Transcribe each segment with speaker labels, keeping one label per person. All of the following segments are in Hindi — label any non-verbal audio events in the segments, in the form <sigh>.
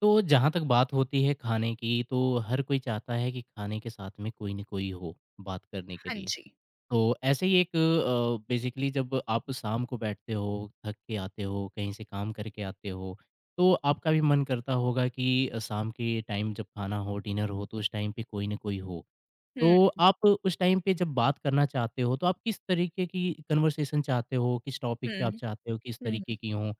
Speaker 1: तो जहाँ तक बात होती है खाने की, तो हर कोई चाहता है कि खाने के साथ में कोई न कोई हो बात करने के
Speaker 2: हाँ
Speaker 1: लिए।
Speaker 2: जी।
Speaker 1: तो ऐसे ही एक बेसिकली जब आप शाम को बैठते हो, थक के आते हो, कहीं से काम करके आते हो, तो आपका भी मन करता होगा कि शाम के टाइम जब खाना हो, डिनर हो, तो उस टाइम पे कोई न कोई हो।
Speaker 2: हुँ,
Speaker 1: तो आप उस टाइम पे जब बात करना चाहते हो, तो आप किस तरीके की कन्वर्सेशन चाहते हो? किस टॉपिक पे आप
Speaker 2: हुँ,
Speaker 1: चाहते हो? किस तरीके
Speaker 2: हुँ,
Speaker 1: की हों?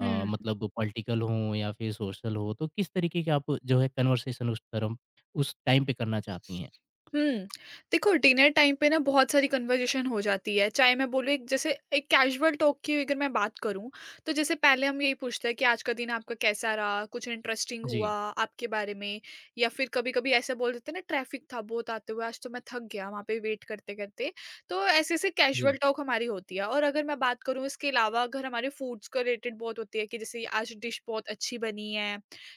Speaker 2: हुँ,
Speaker 1: मतलब पॉलिटिकल हों या फिर सोशल हो, तो किस तरीके के आप जो है कन्वर्सेशन उस तरफ उस टाइम पे करना चाहती हैं?
Speaker 2: हुँ। देखो, डिनर टाइम पे ना बहुत सारी कन्वर्सेशन हो जाती है, चाहे मैं बोलूँ एक जैसे एक कैजुअल टॉक की अगर मैं बात करूँ, तो जैसे पहले हम यही पूछते हैं कि आज का दिन आपका कैसा रहा? कुछ इंटरेस्टिंग हुआ
Speaker 1: जी,
Speaker 2: आपके बारे में? या फिर कभी-कभी ऐसा बोल देते हैं ना, ट्रैफिक था बहुत आते हुए, आज तो मैं थक गया वहाँ पे वेट करते-करते। तो ऐसे-ऐसे कैजुअल
Speaker 1: जी,
Speaker 2: टॉक हमारी होती है। और अगर मैं बात करूँ, इसके अलावा अगर हमारे फूड्स को रिलेटेड बहुत होती है कि जैसे आज डिश बहुत अच्छी बनी है,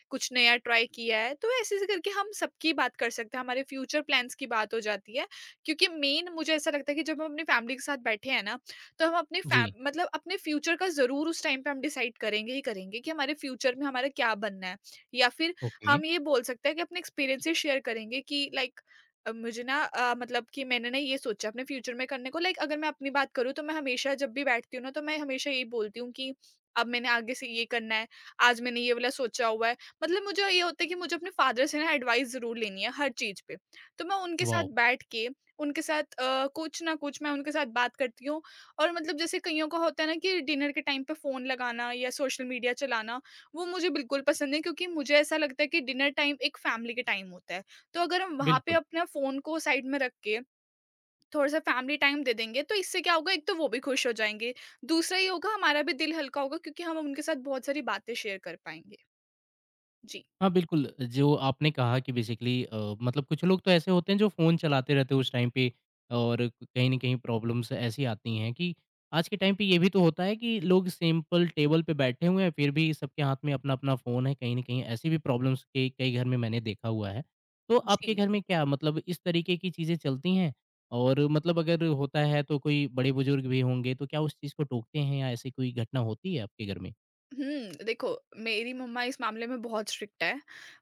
Speaker 2: कुछ नया ट्राई किया है, तो ऐसे ऐसे करके हम सबकी बात कर सकते हैं। हमारे फ्यूचर प्लान्स की बात हो जाती है, क्योंकि मेन मुझे ऐसा लगता है कि जब हम अपनी फैमिली के साथ बैठे हैं ना, तो हम अपने
Speaker 1: जी।
Speaker 2: मतलब अपने फ्यूचर का जरूर उस टाइम पे हम डिसाइड करेंगे ही करेंगे कि हमारे फ्यूचर में हमारा क्या बनना है। या फिर
Speaker 1: ओके,
Speaker 2: हम ये बोल सकते हैं कि अपने एक्सपीरियंसेस शेयर करेंगे कि लाइक मुझे ना मतलब कि मैंने ना ये सोचा अपने फ्यूचर में करने को। लाइक, अगर मैं अपनी बात करूँ, तो मैं हमेशा जब भी बैठती हूँ ना, तो मैं हमेशा यही बोलती हूँ कि अब मैंने आगे से ये करना है, आज मैंने ये वाला सोचा हुआ है। मतलब मुझे ये होता है कि मुझे अपने फादर से ना एडवाइस ज़रूर लेनी है हर चीज़ पे। तो मैं उनके साथ
Speaker 1: वॉव!
Speaker 2: बैठ के, उनके साथ कुछ ना कुछ मैं उनके साथ बात करती हूँ। और मतलब जैसे कइयों का होता है ना, कि डिनर के टाइम पे फ़ोन लगाना या सोशल मीडिया चलाना, वो मुझे बिल्कुल पसंद नहीं, क्योंकि मुझे ऐसा लगता है कि डिनर टाइम एक फैमिली का टाइम होता है। तो अगर हम वहाँ पे
Speaker 1: बिल्कुल।
Speaker 2: अपना फ़ोन को साइड में रख के थोड़ा-सा फैमिली टाइम दे देंगे, तो इससे क्या होगा, एक तो वो भी खुश हो जाएँगे, दूसरा ये होगा हमारा भी दिल हल्का होगा, क्योंकि हम उनके साथ बहुत सारी बातें शेयर कर पाएँगे। जी।
Speaker 1: हाँ, बिल्कुल, जो आपने कहा कि बेसिकली मतलब कुछ लोग तो ऐसे होते हैं जो फ़ोन चलाते रहते हैं उस टाइम पे और कहीं न कहीं प्रॉब्लम्स ऐसी आती हैं कि आज के टाइम पे ये भी तो होता है कि लोग सिंपल टेबल पे बैठे हुए हैं, फिर भी सबके हाथ में अपना-अपना फ़ोन है, कहीं न कहीं ऐसी भी प्रॉब्लम्स कई कई घर में मैंने देखा हुआ है। तो आपके
Speaker 2: जी।
Speaker 1: घर में क्या मतलब इस तरीके की चीज़ें चलती हैं? और मतलब अगर होता है तो कोई बड़े-बुजुर्ग भी होंगे, तो क्या उस चीज़ को टोकते हैं या ऐसी कोई घटना होती है आपके घर में?
Speaker 2: देखो, मेरी मम्मा इस मामले में बहुत स्ट्रिक्ट है।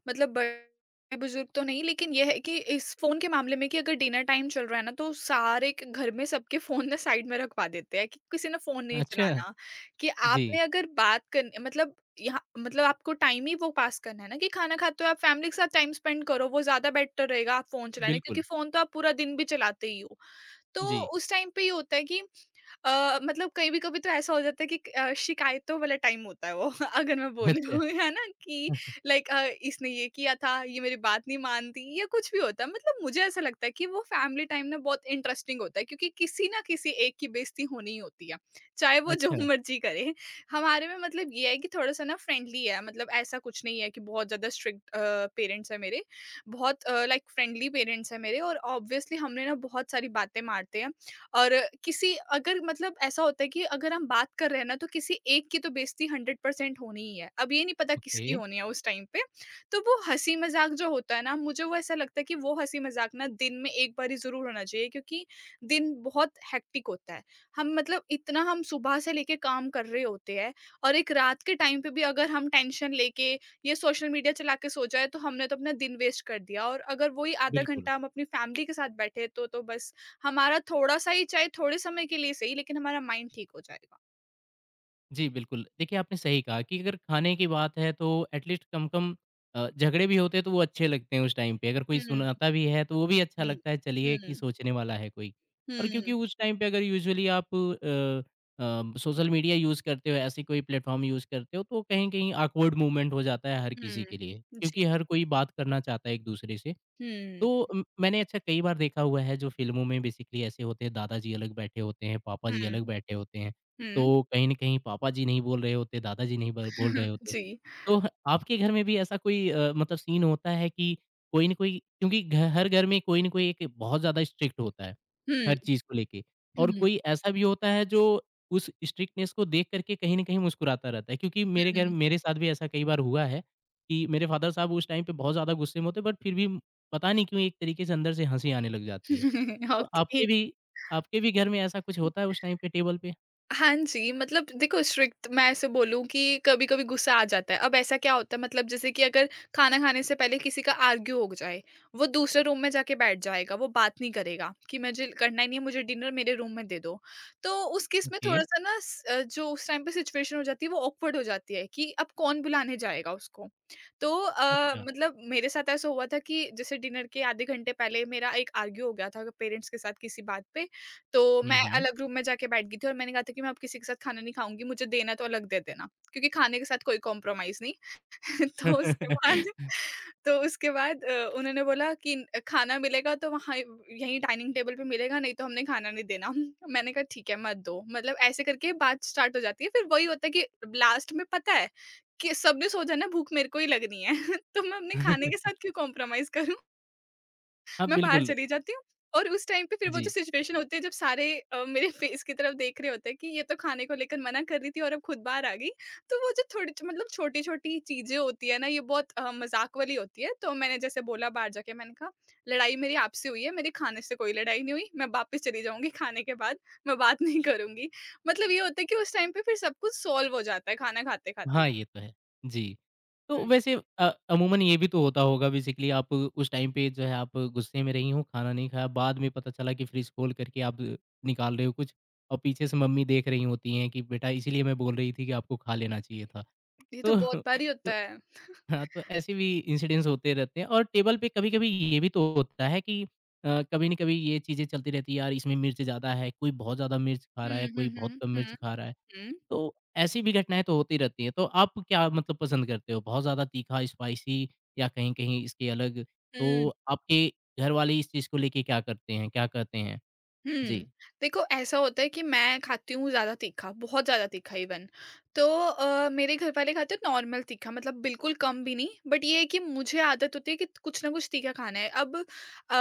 Speaker 2: मतलब बड़े-बुज़ुर्ग तो नहीं, लेकिन ये है कि इस फ़ोन के मामले में, कि अगर डिनर टाइम चल रहा है ना, तो सारे के घर में सबके फ़ोन ना साइड में रखवा देते हैं कि किसी ने फ़ोन नहीं
Speaker 1: अच्छा,
Speaker 2: चलाना। कि
Speaker 1: जी,
Speaker 2: आपने अगर बात करनी, मतलब यहाँ, मतलब आपको टाइम ही वो पास करना है ना, कि खाना खाते हुए आप फ़ैमिली के साथ टाइम स्पेंड करो, वो ज़्यादा बेटर रहेगा आप फ़ोन चलाने, क्योंकि
Speaker 1: बिल्कुल,
Speaker 2: फ़ोन तो आप पूरा दिन भी चलाते ही हो। तो
Speaker 1: जी,
Speaker 2: उस टाइम पे ये होता है कि मतलब कहीं भी कभी तो ऐसा हो जाता है कि शिकायतों वाला टाइम होता है वो। <laughs> अगर मैं
Speaker 1: <laughs> अच्छा।
Speaker 2: बोलूँ, है ना, कि लाइक इसने ये किया था, ये मेरी बात नहीं मानती, या कुछ भी होता है। मतलब मुझे ऐसा लगता है कि वो फैमिली टाइम ना बहुत इंटरेस्टिंग होता है, क्योंकि किसी ना किसी एक की बेइज़्ज़ती होनी ही होती है, चाहे वो जो
Speaker 1: अच्छा।
Speaker 2: <laughs> मर्ज़ी करे। हमारे में मतलब ये है कि थोड़ा-सा ना फ्रेंडली है, मतलब ऐसा कुछ नहीं है कि बहुत ज़्यादा स्ट्रिक्ट पेरेंट्स हैं मेरे। बहुत लाइक फ्रेंडली पेरेंट्स हैं मेरे, और ऑब्वियसली हमने ना बहुत सारी बातें मारते हैं। और किसी अगर मतलब ऐसा होता है कि अगर हम बात कर रहे हैं ना, तो किसी एक की तो बेइज़्ज़ती 100% होनी ही है। अब ये नहीं पता किसकी
Speaker 1: ओके,
Speaker 2: होनी है उस टाइम पे। तो वो हँसी-मज़ाक जो होता है ना, मुझे वो ऐसा लगता है कि वो हँसी-मज़ाक ना दिन में एक बारी ज़रूर होना चाहिए, क्योंकि दिन बहुत हेक्टिक होता है। हम मतलब इतना हम सुबह से लेके काम कर रहे होते हैं, और एक रात के टाइम पे भी अगर हम टेंशन लेके ये सोशल मीडिया चला के सो जाए, तो हमने तो अपना दिन वेस्ट कर दिया। और अगर वही आधा
Speaker 1: बिल्कुल।
Speaker 2: घंटा हम अपनी फैमिली के साथ बैठे, तो बस हमारा थोड़ा-सा ही, चाहे थोड़े समय के लिए सही, लेकिन हमारा माइंड ठीक हो जाएगा।
Speaker 1: जी, बिल्कुल। देखिए, आपने सही कहा कि अगर खाने की बात है तो एटलीस्ट कम-कम झगड़े भी होते हैं तो वो अच्छे लगते हैं उस टाइम पे। अगर कोई
Speaker 2: हुँ,
Speaker 1: सुनाता भी है तो वो भी अच्छा
Speaker 2: हुँ,
Speaker 1: लगता है चलिए कि
Speaker 2: हुँ,
Speaker 1: सोचने वाला है कोई। और क्योंकि
Speaker 2: हुँ,
Speaker 1: उस टाइम पे अगर यूजुअली आप सोशल मीडिया यूज़ करते हो, ऐसी कोई प्लेटफ़ॉर्म यूज़ करते हो तो कहीं न कहीं ऑकवर्ड मूवमेंट हो जाता है हर किसी
Speaker 2: हुँ,
Speaker 1: के लिए। क्योंकि
Speaker 2: जी।
Speaker 1: हर कोई बात करना चाहता है एक-दूसरे से।
Speaker 2: हुँ,
Speaker 1: तो मैंने अच्छा कई बार देखा हुआ है जो फ़िल्मों में बेसिकली ऐसे होते हैं दादाजी अलग बैठे होते हैं, पापा
Speaker 2: हुँ,
Speaker 1: जी अलग बैठे होते हैं।
Speaker 2: हुँ,
Speaker 1: तो कहीं न कहीं पापा जी नहीं बोल रहे होते, दादाजी नहीं ब बोल रहे
Speaker 2: <laughs>
Speaker 1: होते।
Speaker 2: जी।
Speaker 1: तो ह आपके घर में भी ऐसा कोई मतलब सीन होता है कि कोई न कोई क्योंकि घ हर घर में कोई न कोई एक बहुत ज़्यादा स्ट्रिक्ट होता है,
Speaker 2: हुँ,
Speaker 1: हर चीज़ को लेके
Speaker 2: हुँ,
Speaker 1: और
Speaker 2: हुँ।
Speaker 1: कोई ऐसा भी होता है जो उस स्ट्रिक्टनेस को देख कर के कहीं न कहीं मुस्कुराता रहता है। क्योंकि मेरे घर मेरे साथ भी ऐसा कई बार हुआ है कि मेरे फ़ादर साहब उस टाइम पे बहुत ज़्यादा गुस्से में होते बट फिर भी पता नहीं क्यों एक तरीके से अंदर से हँसी आने लग जाती है।
Speaker 2: <laughs>
Speaker 1: तो
Speaker 2: ओके।
Speaker 1: आपके भी घर में ऐसा कुछ होता है उस टाइम पे टेबल पे?
Speaker 2: हाँ जी, मतलब देखो, स्ट्रिक्ट मैं ऐसे बोलूँ कि कभी-कभी गुस्सा आ जाता है। अब ऐसा क्या होता है, मतलब जैसे कि अगर खाना खाने से पहले किसी का आर्ग्यू हो जाए, वो दूसरे रूम में जाके बैठ जाएगा, वो बात नहीं करेगा कि मुझे करना ही नहीं है, मुझे डिनर मेरे रूम में दे दो। तो उस केस में
Speaker 1: ओके,
Speaker 2: थोड़ा-सा ना जो उस टाइम पे सिचुएशन हो जाती है वो ऑकवर्ड हो जाती है कि अब कौन बुलाने जाएगा उसको। तो
Speaker 1: अच्छा।
Speaker 2: मतलब मेरे साथ ऐसा हुआ था कि जैसे डिनर के आधे घंटे पहले मेरा एक आर्ग्यू हो गया था पेरेंट्स के साथ किसी बात पे। तो
Speaker 1: हुँ,
Speaker 2: मैं
Speaker 1: हुँ।
Speaker 2: अलग रूम में जाके बैठ गई थी, और मैंने कहा था कि मैं अब किसी के साथ खाना नहीं खाऊँगी, मुझे देना तो अलग दे देना, क्योंकि खाने के साथ कोई कॉम्प्रोमाइज़ नहीं। <laughs> तो उसके बाद
Speaker 1: <laughs>
Speaker 2: तो उसके बाद उन्होंने बोला कि खाना मिलेगा तो वहाँ, यहीं डाइनिंग टेबल पे मिलेगा, नहीं तो हमने खाना नहीं देना। <laughs> मैंने कहा ठीक है मत दो। मतलब ऐसे करके बात स्टार्ट हो जाती है, फिर वही होता है कि लास्ट में पता है कि सबने सो जाना, भूख मेरे को ही लगनी है, <laughs> तो मैं अपने खाने <laughs> के साथ क्यों कॉम्प्रोमाइज़ करूँ?
Speaker 1: हाँ,
Speaker 2: मैं बाहर
Speaker 1: बिल्कुल।
Speaker 2: चली जाती हूँ, और उस टाइम पे फिर वो जो
Speaker 1: जी।
Speaker 2: सिचुएशन होती है जब सारे मेरे फेस की तरफ देख रहे होते हैं कि ये तो खाने को लेकर मना कर रही थी, और अब खुद बाहर आ गई। तो वो जो थोड़ी मतलब छोटी-छोटी चीज़ें होती है ना, ये बहुत मज़ाक वाली होती है। तो मैंने जैसे बोला बाहर जाके, मैंने कहा, "लड़ाई मेरी आपसे हुई है, मेरे खाने से कोई लड़ाई नहीं हुई। मैं वापस चली जाऊँगी खाने के बाद, मैं बात नहीं करूँगी।" मतलब ये होता है कि उस टाइम पे फिर सब कुछ सॉल्व हो जाता है खाना खाते-खाते
Speaker 1: हाँ,
Speaker 2: ही।
Speaker 1: ये तो है। जी। तो
Speaker 2: हुँ,
Speaker 1: वैसे अमूमन ये भी तो होता होगा बेसिकली आप उस टाइम पे जो है आप गुस्से में रही हो, खाना नहीं खाया, बाद में पता चला कि फ्रिज खोल करके आप निकाल रहे हो कुछ और पीछे से मम्मी देख रही होती हैं कि बेटा इसीलिए मैं बोल रही थी कि आपको खा लेना चाहिए था।
Speaker 2: ये तो
Speaker 1: तो
Speaker 2: बहुत बार ही होता
Speaker 1: <laughs>
Speaker 2: है।
Speaker 1: हाँ, तो ऐसे भी इंसिडेंट्स होते रहते हैं और टेबल पे कभी-कभी ये भी तो होता है कि कभी न कभी ये चीज़ें चलती रहती है, यार इसमें मिर्च ज़्यादा है, कोई बहुत ज़्यादा मिर्च खा
Speaker 2: हुँ,
Speaker 1: रहा है, कोई
Speaker 2: हुँ,
Speaker 1: बहुत
Speaker 2: हुँ,
Speaker 1: कम मिर्च
Speaker 2: हुँ,
Speaker 1: खा रहा है।
Speaker 2: हुँ।
Speaker 1: तो ऐसी भी घटनाएँ तो होती रहती हैं। तो आप क्या मतलब पसंद करते हो? बहुत ज़्यादा तीखा, स्पाइसी या कहीं-कहीं इसके अलग?
Speaker 2: हुँ।
Speaker 1: तो आपके घर वाले इस चीज़ को लेके क्या करते हैं क्या कहते हैं? जी।
Speaker 2: हुँ। देखो, ऐसा होता है कि मैं खाती हूँ ज़्यादा तीखा, बहुत ज़्यादा तीखा इवन। तो मेरे घर वाले खाते हैं नॉर्मल तीखा, मतलब बिल्कुल कम भी नहीं, बट ये है कि मुझे आदत होती है कि कुछ ना कुछ तीखा खाना है। अब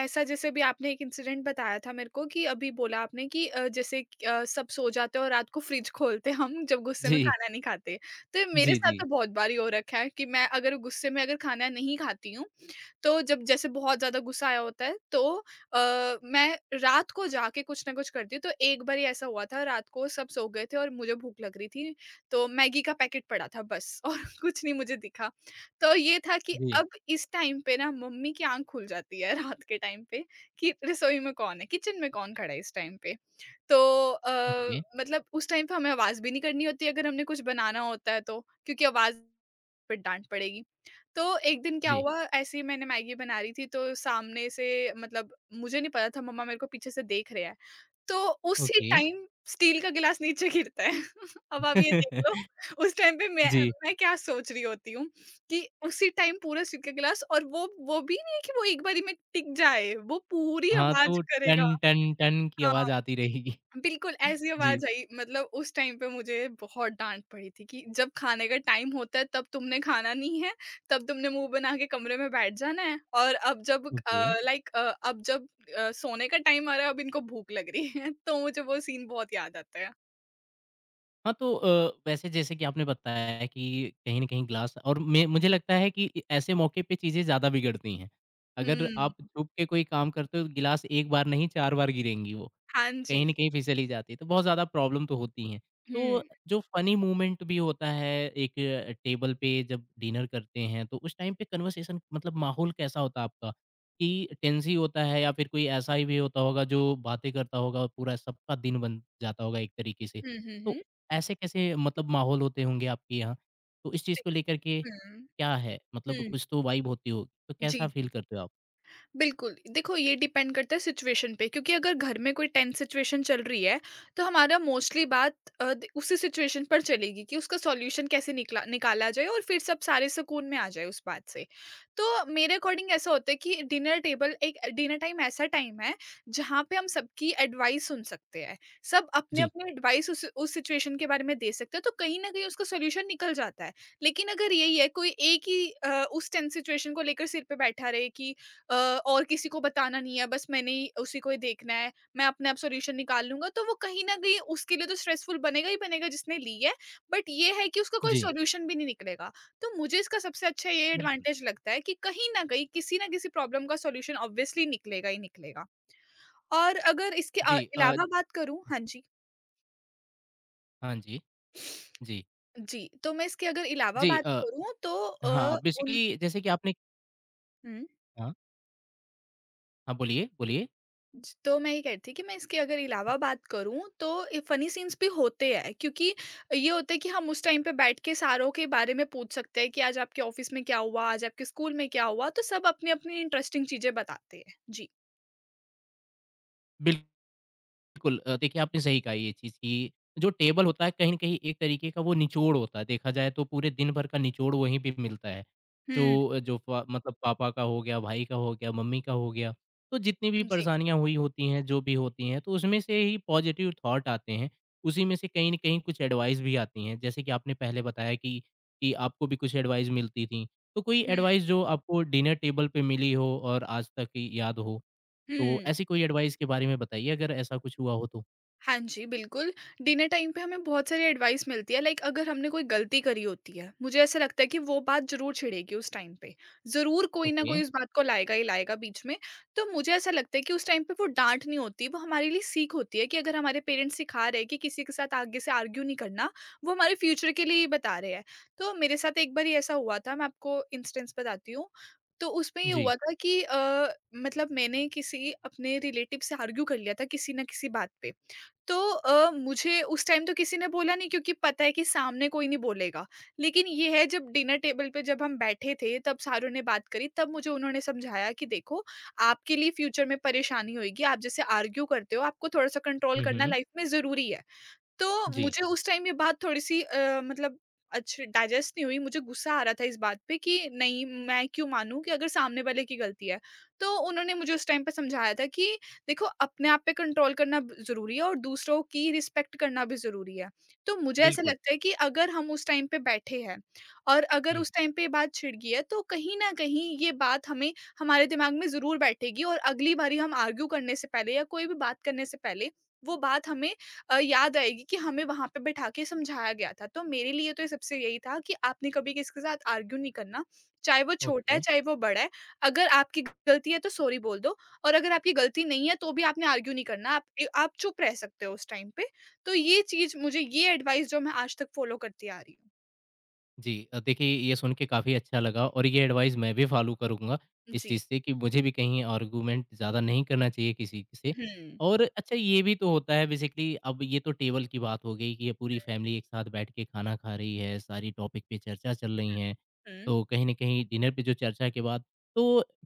Speaker 2: ऐसा जैसे अभी आपने एक इंसिडेंट बताया था मेरे को, कि अभी बोला आपने कि जैसे कि, सब सो जाते हैं और रात को फ्रिज खोलते हैं हम जब गुस्से
Speaker 1: जी।
Speaker 2: में खाना नहीं खाते। तो ये मेरे
Speaker 1: जी,
Speaker 2: साथ
Speaker 1: जी।
Speaker 2: तो बहुत बारी हो रखा है कि मैं अगर गुस्से में अगर खाना नहीं खाती हूँ, तो जब जैसे बहुत ज़्यादा गुस्सा आया होता है, तो अ, मैं रात को जाके कुछ ना कुछ करती हूँ। तो एक बारी ऐसा हुआ था, रात को सब सो गए थे और मुझे भूख लग रही थी, तो मैगी का पैकेट पड़ा था बस, और <laughs> कुछ नहीं मुझे दिखा। तो ये था कि
Speaker 1: जी।
Speaker 2: अब इस टाइम पे ना मम्मी की आँख खुल जाती है <laughs> रात के टाइम पे, कि रसोई में कौन है, किचन में कौन खड़ा है इस टाइम पे। तो अ,
Speaker 1: ओके।
Speaker 2: मतलब उस टाइम पे हमें आवाज़ भी नहीं करनी होती अगर हमने कुछ बनाना होता है तो, क्योंकि आवाज़ फिर डाँट पड़ेगी। तो एक दिन क्या
Speaker 1: जी।
Speaker 2: हुआ, ऐसे ही मैंने मैगी बना रही थी, तो सामने से मतलब मुझे नहीं पता था मम्मा मेरे को पीछे से देख रहे हैं। तो उसी
Speaker 1: ओके।
Speaker 2: टाइम स्टील का गिलास नीचे गिरता है। <laughs> अब आप ये देख लो,
Speaker 1: <laughs>
Speaker 2: उस टाइम पे मैं
Speaker 1: जी।
Speaker 2: मैं क्या सोच रही होती हूँ कि उसी टाइम पूरा स्टील का गिलास, और वो भी नहीं है कि वो एक बारी में टिक जाए, वो पूरी
Speaker 1: हाँ,
Speaker 2: आवाज
Speaker 1: तो
Speaker 2: करेगा।
Speaker 1: टन, टन, टन की
Speaker 2: हाँ।
Speaker 1: आवाज़ आती रहेगी।
Speaker 2: बिल्कुल, ऐसी
Speaker 1: जी।
Speaker 2: आवाज़ आई। मतलब उस टाइम पे मुझे बहुत डाँट पड़ी थी कि जब खाने का टाइम होता है तब तुमने खाना नहीं है, तब तुमने मुँह बना के कमरे में बैठ जाना है, और अब जब
Speaker 1: ओके।
Speaker 2: लाइक अब जब सोने का टाइम आ रहा है अब इनको भूख लग रही है। <laughs> तो मुझे वो सीन बहुत याद आता है।
Speaker 1: हाँ, तो वैसे जैसे कि आपने बताया है कि कहीं न कहीं ग्लास और मैं मुझे लगता है कि ऐसे मौके पे चीज़ें ज़्यादा बिगड़ती हैं। अगर
Speaker 2: हुँ।
Speaker 1: आप छुप के कोई काम करते हो तो गिलास 1 बार नहीं 4 बार गिरेंगी वो।
Speaker 2: हाँ
Speaker 1: कहीं न
Speaker 2: जी।
Speaker 1: कहीं फिसली जाती है, तो बहुत ज़्यादा प्रॉब्लम तो होती हैं।
Speaker 2: हुँ।
Speaker 1: तो जो फ़नी मोमेंट भी होता है एक टेबल पे जब डिनर करते हैं, तो उस टाइम पे कन्वर्सेशन मतलब माहौल कैसा होता है आपका? कि टेंस ही होता है या फिर कोई ऐसा ही भी होता होगा जो बातें करता होगा और पूरा सबका दिन बन जाता होगा एक तरीके से?
Speaker 2: हुँ, हुँ,
Speaker 1: तो
Speaker 2: हुँ।
Speaker 1: ऐसे कैसे मतलब माहौल होते होंगे आपके यहाँ? तो इस चीज़ को लेकर के
Speaker 2: हुँ।
Speaker 1: क्या है? मतलब
Speaker 2: हुँ,
Speaker 1: कुछ तो वाइब होती होगी, तो
Speaker 2: जी।
Speaker 1: कैसा फ़ील करते हो आप?
Speaker 2: बिल्कुल, देखो, ये डिपेंड करता है सिचुएशन पे, क्योंकि अगर घर में कोई टेंस सिचुएशन चल रही है, तो हमारा मोस्टली बात अ, द उसी सिचुएशन पर चलेगी कि उसका सॉल्यूशन कैसे निकला निकाला जाए, और फिर सब सारे सुकून में आ जाए उस बात से। तो मेरे अकॉर्डिंग ऐसा होता है कि डिनर टेबल एक डिनर टाइम ऐसा टाइम है, जहाँ पे हम सबकी एडवाइस सुन सकते हैं। सब
Speaker 1: जी,
Speaker 2: अपने-अपने एडवाइस उस सिचुएशन के बारे में दे सकते हैं, तो कहीं न कहीं उसका सॉल्यूशन निकल जाता है। लेकिन अगर यही है कोई एक ही उस टेंस सिचुएशन को लेकर सिर पे बैठा रहे कि अ, और किसी को बताना नहीं है, बस मैंने ही उसी को ही देखना है, मैं अपने आप सॉल्यूशन निकाल लूँगा, तो वो कहीं न कहीं उसके लिए तो स्ट्रेसफुल बनेगा ही बनेगा जिसने ली है, बट ये है कि उसका कोई
Speaker 1: जी,
Speaker 2: सॉल्यूशन भी नहीं निकलेगा। तो मुझे इसका सबसे अच्छा ये
Speaker 1: बिल्कुल।
Speaker 2: एडवांटेज लगता है कि कहीं न कहीं किसी न किसी प्रॉब्लम का सॉल्यूशन ऑब्वियसली निकलेगा ही निकलेगा। और अगर इसके
Speaker 1: जी,
Speaker 2: इलावा बात करूँ। हाँ जी।
Speaker 1: हाँ जी, जी।
Speaker 2: जी, तो मैं इसके अगर इलावा
Speaker 1: जी
Speaker 2: बात
Speaker 1: अ
Speaker 2: करूँ तो
Speaker 1: हाँ, बेसिकली जैसे कि आपने
Speaker 2: हुँ।
Speaker 1: हाँ, हाँ बोलिए, बोलिए।
Speaker 2: तो मैं ये कह रही थी कि मैं इसके अगर अलावा बात करूं तो फनी सीन्स भी होते हैं, क्योंकि ये होता है कि हम उस टाइम पे बैठ के सारों के बारे में पूछ सकते हैं कि आज आपके ऑफिस में क्या हुआ, आज आपके स्कूल में क्या हुआ, तो सब अपनी अपनी इंटरेस्टिंग चीजें बताते हैं। जी।
Speaker 1: बिल बिल्कुल देखिए आपने सही कहा ये चीज़ कि जो टेबल होता है कहीं न कहीं एक तरीके का वो निचोड़ होता है। देखा जाए तो पूरे दिन भर का निचोड़ वहीं पे मिलता है।
Speaker 2: हम्म।
Speaker 1: जो जो प मतलब पापा का हो गया, भाई का हो गया, मम्मी का हो गया। तो जितनी भी
Speaker 2: जी।
Speaker 1: परेशानियाँ हुई होती हैं, जो भी होती हैं, तो उसमें से ही पॉज़िटिव थॉट आते हैं। उसी में से कहीं न कहीं कुछ एडवाइस भी आती हैं। जैसे कि आपने पहले बताया कि आपको भी कुछ एडवाइस मिलती थी। तो कोई
Speaker 2: हम्म।
Speaker 1: एडवाइस जो आपको डिनर टेबल पे मिली हो और आज तक याद हो? तो
Speaker 2: हम्म।
Speaker 1: ऐसी कोई एडवाइस के बारे में बताइए अगर ऐसा कुछ हुआ हो तो?
Speaker 2: हाँ जी, बिल्कुल। डिनर टाइम पे हमें बहुत सारी एडवाइस मिलती है, लाइक अगर हमने कोई गलती करी होती है, मुझे ऐसा लगता है कि वो बात ज़रूर छिड़ेगी उस टाइम पे। ज़रूर कोई ना
Speaker 1: ओके।
Speaker 2: कोई उस बात को लाएगा ही लाएगा बीच में। तो मुझे ऐसा लगता है कि उस टाइम पे वो डाँट नहीं होती, वो हमारे लिए सीख होती है कि अगर हमारे पेरेंट्स सिखा रहे हैं कि किसी के साथ आगे से आर्ग्यू नहीं करना, वो हमारे फ्यूचर के लिए ही बता रहे हैं। तो मेरे साथ एक बार ही ऐसा हुआ था, मैं आपको इंस्टेंस बताती हूँ। तो उसमें ये
Speaker 1: जी।
Speaker 2: हुआ था कि मतलब मैंने किसी अपने रिलेटिव से आर्ग्यू कर लिया था किसी ना किसी बात पे। तो मुझे उस टाइम तो किसी ने बोला नहीं, क्योंकि पता है कि सामने कोई नहीं बोलेगा। लेकिन ये है जब डिनर टेबल पे जब हम बैठे थे, तब सारों ने बात करी, तब मुझे उन्होंने समझाया कि देखो, आपके लिए फ्यूचर में परेशानी होएगी, आप जैसे आर्ग्यू करते हो, आपको थोड़ा-सा कंट्रोल
Speaker 1: हुँ,
Speaker 2: करना
Speaker 1: हुँ।
Speaker 2: लाइफ में ज़रूरी है। तो
Speaker 1: जी,
Speaker 2: मुझे उस टाइम ये बात थोड़ी-सी मतलब अच्छी डाइजेस्ट नहीं हुई, मुझे गुस्सा आ रहा था इस बात पे कि नहीं, मैं क्यों मानूँ, कि अगर सामने वाले की गलती है। तो उन्होंने मुझे उस टाइम पे समझाया था कि देखो, अपने आप पे कंट्रोल करना ब ज़रूरी है और दूसरों की रिस्पेक्ट करना भी ज़रूरी है। तो मुझे ऐसा
Speaker 1: बिल्कुल।
Speaker 2: लगता है कि अगर हम उस टाइम पे बैठे हैं और अगर
Speaker 1: हुँ,
Speaker 2: उस टाइम पे ये बात छिड़ गई है, तो कहीं न कहीं ये बात हमें हमारे दिमाग में ज़रूर बैठेगी और अगली बारी हम आर्ग्यू करने से पहले या कोई भी बात करने से पहले वो बात हमें याद आएगी कि हमें वहाँ पे बैठा के समझाया गया था। तो मेरे लिए तो ये सबसे यही था कि आपने कभी किसी के साथ आर्ग्यू नहीं करना, चाहे वो छोटा
Speaker 1: ओके।
Speaker 2: है, चाहे वो बड़ा है। अगर आपकी गलती है तो सॉरी बोल दो और अगर आपकी गलती नहीं है तो भी आपने आर्ग्यू नहीं करना। आप चुप रह सकते हो उस टाइम पे। तो ये चीज़ मुझे, ये एडवाइस जो मैं आज तक फॉलो करती आ रही हूँ।
Speaker 1: जी, देखिए ये सुन के काफ़ी अच्छा लगा और ये एडवाइस मैं भी फॉलो करूँगा इस
Speaker 2: जी।
Speaker 1: चीज़ से कि मुझे भी कहीं आर्गुमेंट ज़्यादा नहीं करना चाहिए किसी से।
Speaker 2: हुँ।
Speaker 1: और अच्छा ये भी तो होता है बेसिकली अब ये तो टेबल की बात हो गई कि ये पूरी फैमिली एक साथ बैठ के खाना खा रही है, सारी टॉपिक पे चर्चा चल रही है।
Speaker 2: हुँ,
Speaker 1: तो कहीं न कहीं डिनर पे जो चर्चा के बाद तो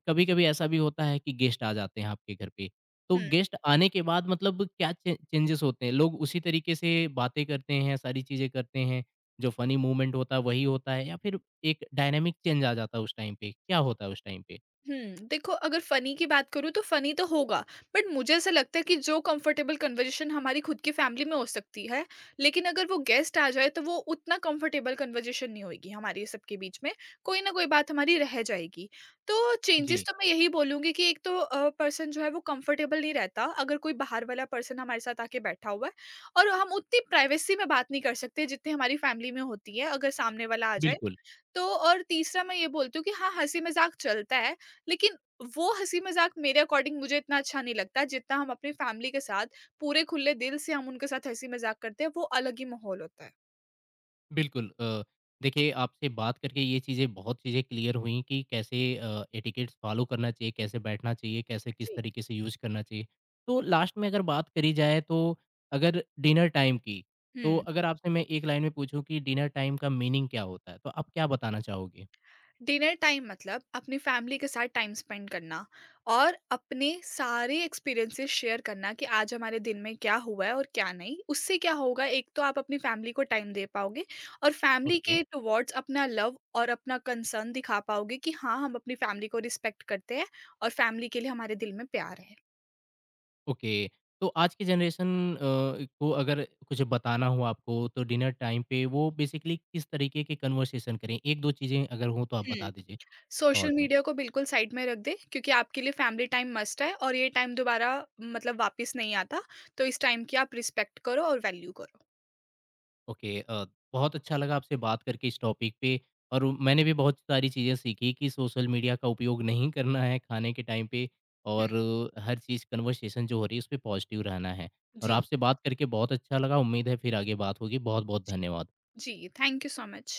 Speaker 1: कभी-कभी ऐसा भी होता है कि गेस्ट आ जाते हैं आपके घर पे। तो
Speaker 2: हुँ।
Speaker 1: गेस्ट आने के बाद मतलब क्या चे चेंजेस होते हैं? लोग उसी तरीके से बातें करते हैं, सारी चीज़ें करते हैं जो फनी मूवमेंट होता है वही होता है या फिर एक डायनामिक चेंज आ जाता है उस टाइम पे, क्या होता है उस टाइम पे?
Speaker 2: हुँ, देखो अगर फ़नी की बात करूँ तो फ़नी तो होगा, बट मुझे ऐसा लगता है कि जो कंफ़र्टेबल कन्वर्सेशन हमारी खुद की फ़ैमिली में हो सकती है, लेकिन अगर वो गेस्ट आ जाए तो वो उतना कंफ़र्टेबल कन्वर्सेशन नहीं होएगी हमारी सबके बीच में, कोई ना कोई बात हमारी रह जाएगी। तो
Speaker 1: जी,
Speaker 2: चेंजेस तो मैं यही बोलूँगी कि एक तो पर्सन जो है वो कंफ़र्टेबल नहीं रहता अगर कोई बाहर वाला पर्सन हमारे साथ आके बैठा हुआ है और हम उतनी प्राइवेसी में बात नहीं कर सकते जितनी हमारी फ़ैमिली में होती है अगर सामने वाला आ जाए,
Speaker 1: बिल्कुल,
Speaker 2: तो और तीसरा मैं ये बोलती हूँ कि हाँ, हँसी-मज़ाक चलता है, लेकिन वो हँसी-मज़ाक मेरे अकॉर्डिंग मुझे इतना अच्छा नहीं लगता, जितना हम अपनी फैमिली के साथ पूरे खुले दिल से हम उनके साथ हँसी-मज़ाक करते हैं, वो अलग ही माहौल होता है।
Speaker 1: बिल्कुल अ, देखिए आपसे बात करके ये चीज़ें बहुत चीज़ें क्लियर हुई कि कैसे एटिकेट्स फॉलो करना चाहिए, कैसे बैठना चाहिए, कैसे किस
Speaker 2: जी।
Speaker 1: तरीके से यूज़ करना चाहिए। तो लास्ट में अगर बात करी जाए तो अगर डिनर टाइम की, तो
Speaker 2: हुँ।
Speaker 1: अगर आपसे मैं एक लाइन में पूछूँ कि डिनर टाइम का मीनिंग क्या होता है? तो आप क्या बताना चाहोगे?
Speaker 2: डिनर टाइम मतलब अपनी फैमिली के साथ टाइम स्पेंड करना और अपने सारे एक्सपीरियंसेस शेयर करना कि आज हमारे दिन में क्या हुआ है और क्या नहीं। उससे क्या होगा, एक तो आप अपनी फैमिली को टाइम दे पाओगे और फैमिली
Speaker 1: ओके।
Speaker 2: के टुवर्ड्स अपना लव और अपना कंसर्न दिखा पाओगे कि हाँ, हम अपनी फैमिली को रिस्पेक्ट करते हैं और फैमिली के लिए हमारे दिल में प्यार है।
Speaker 1: ओके। तो आज की जनरेशन अ, को अगर कुछ बताना हो आपको तो डिनर टाइम पे वो बेसिकली किस तरीके की कन्वर्सेशन करें? 1-2 चीज़ें अगर हों तो आप
Speaker 2: हम्म।
Speaker 1: बता दीजिए
Speaker 2: सोशल
Speaker 1: शॉर्ट में।
Speaker 2: मीडिया को बिल्कुल साइड में रख दे, क्योंकि आपके लिए फैमिली टाइम मस्ट है और ये टाइम दोबारा मतलब वापस नहीं आता, तो इस टाइम की आप रिस्पेक्ट करो और वैल्यू करो।
Speaker 1: ओके अ, बहुत अच्छा लगा आपसे बात करके इस टॉपिक पे और मैंने भी बहुत सारी चीज़ें सीखी कि सोशल मीडिया का उपयोग नहीं करना है खाने के टाइम पे और हर चीज़ कन्वर्सेशन जो हो रही है उसपे पॉजिटिव रहना है। और
Speaker 2: जी।
Speaker 1: आपसे बात करके बहुत अच्छा लगा, उम्मीद है फिर आगे बात होगी। बहुत-बहुत
Speaker 2: जी।
Speaker 1: धन्यवाद।
Speaker 2: जी, थैंक यू सो मच।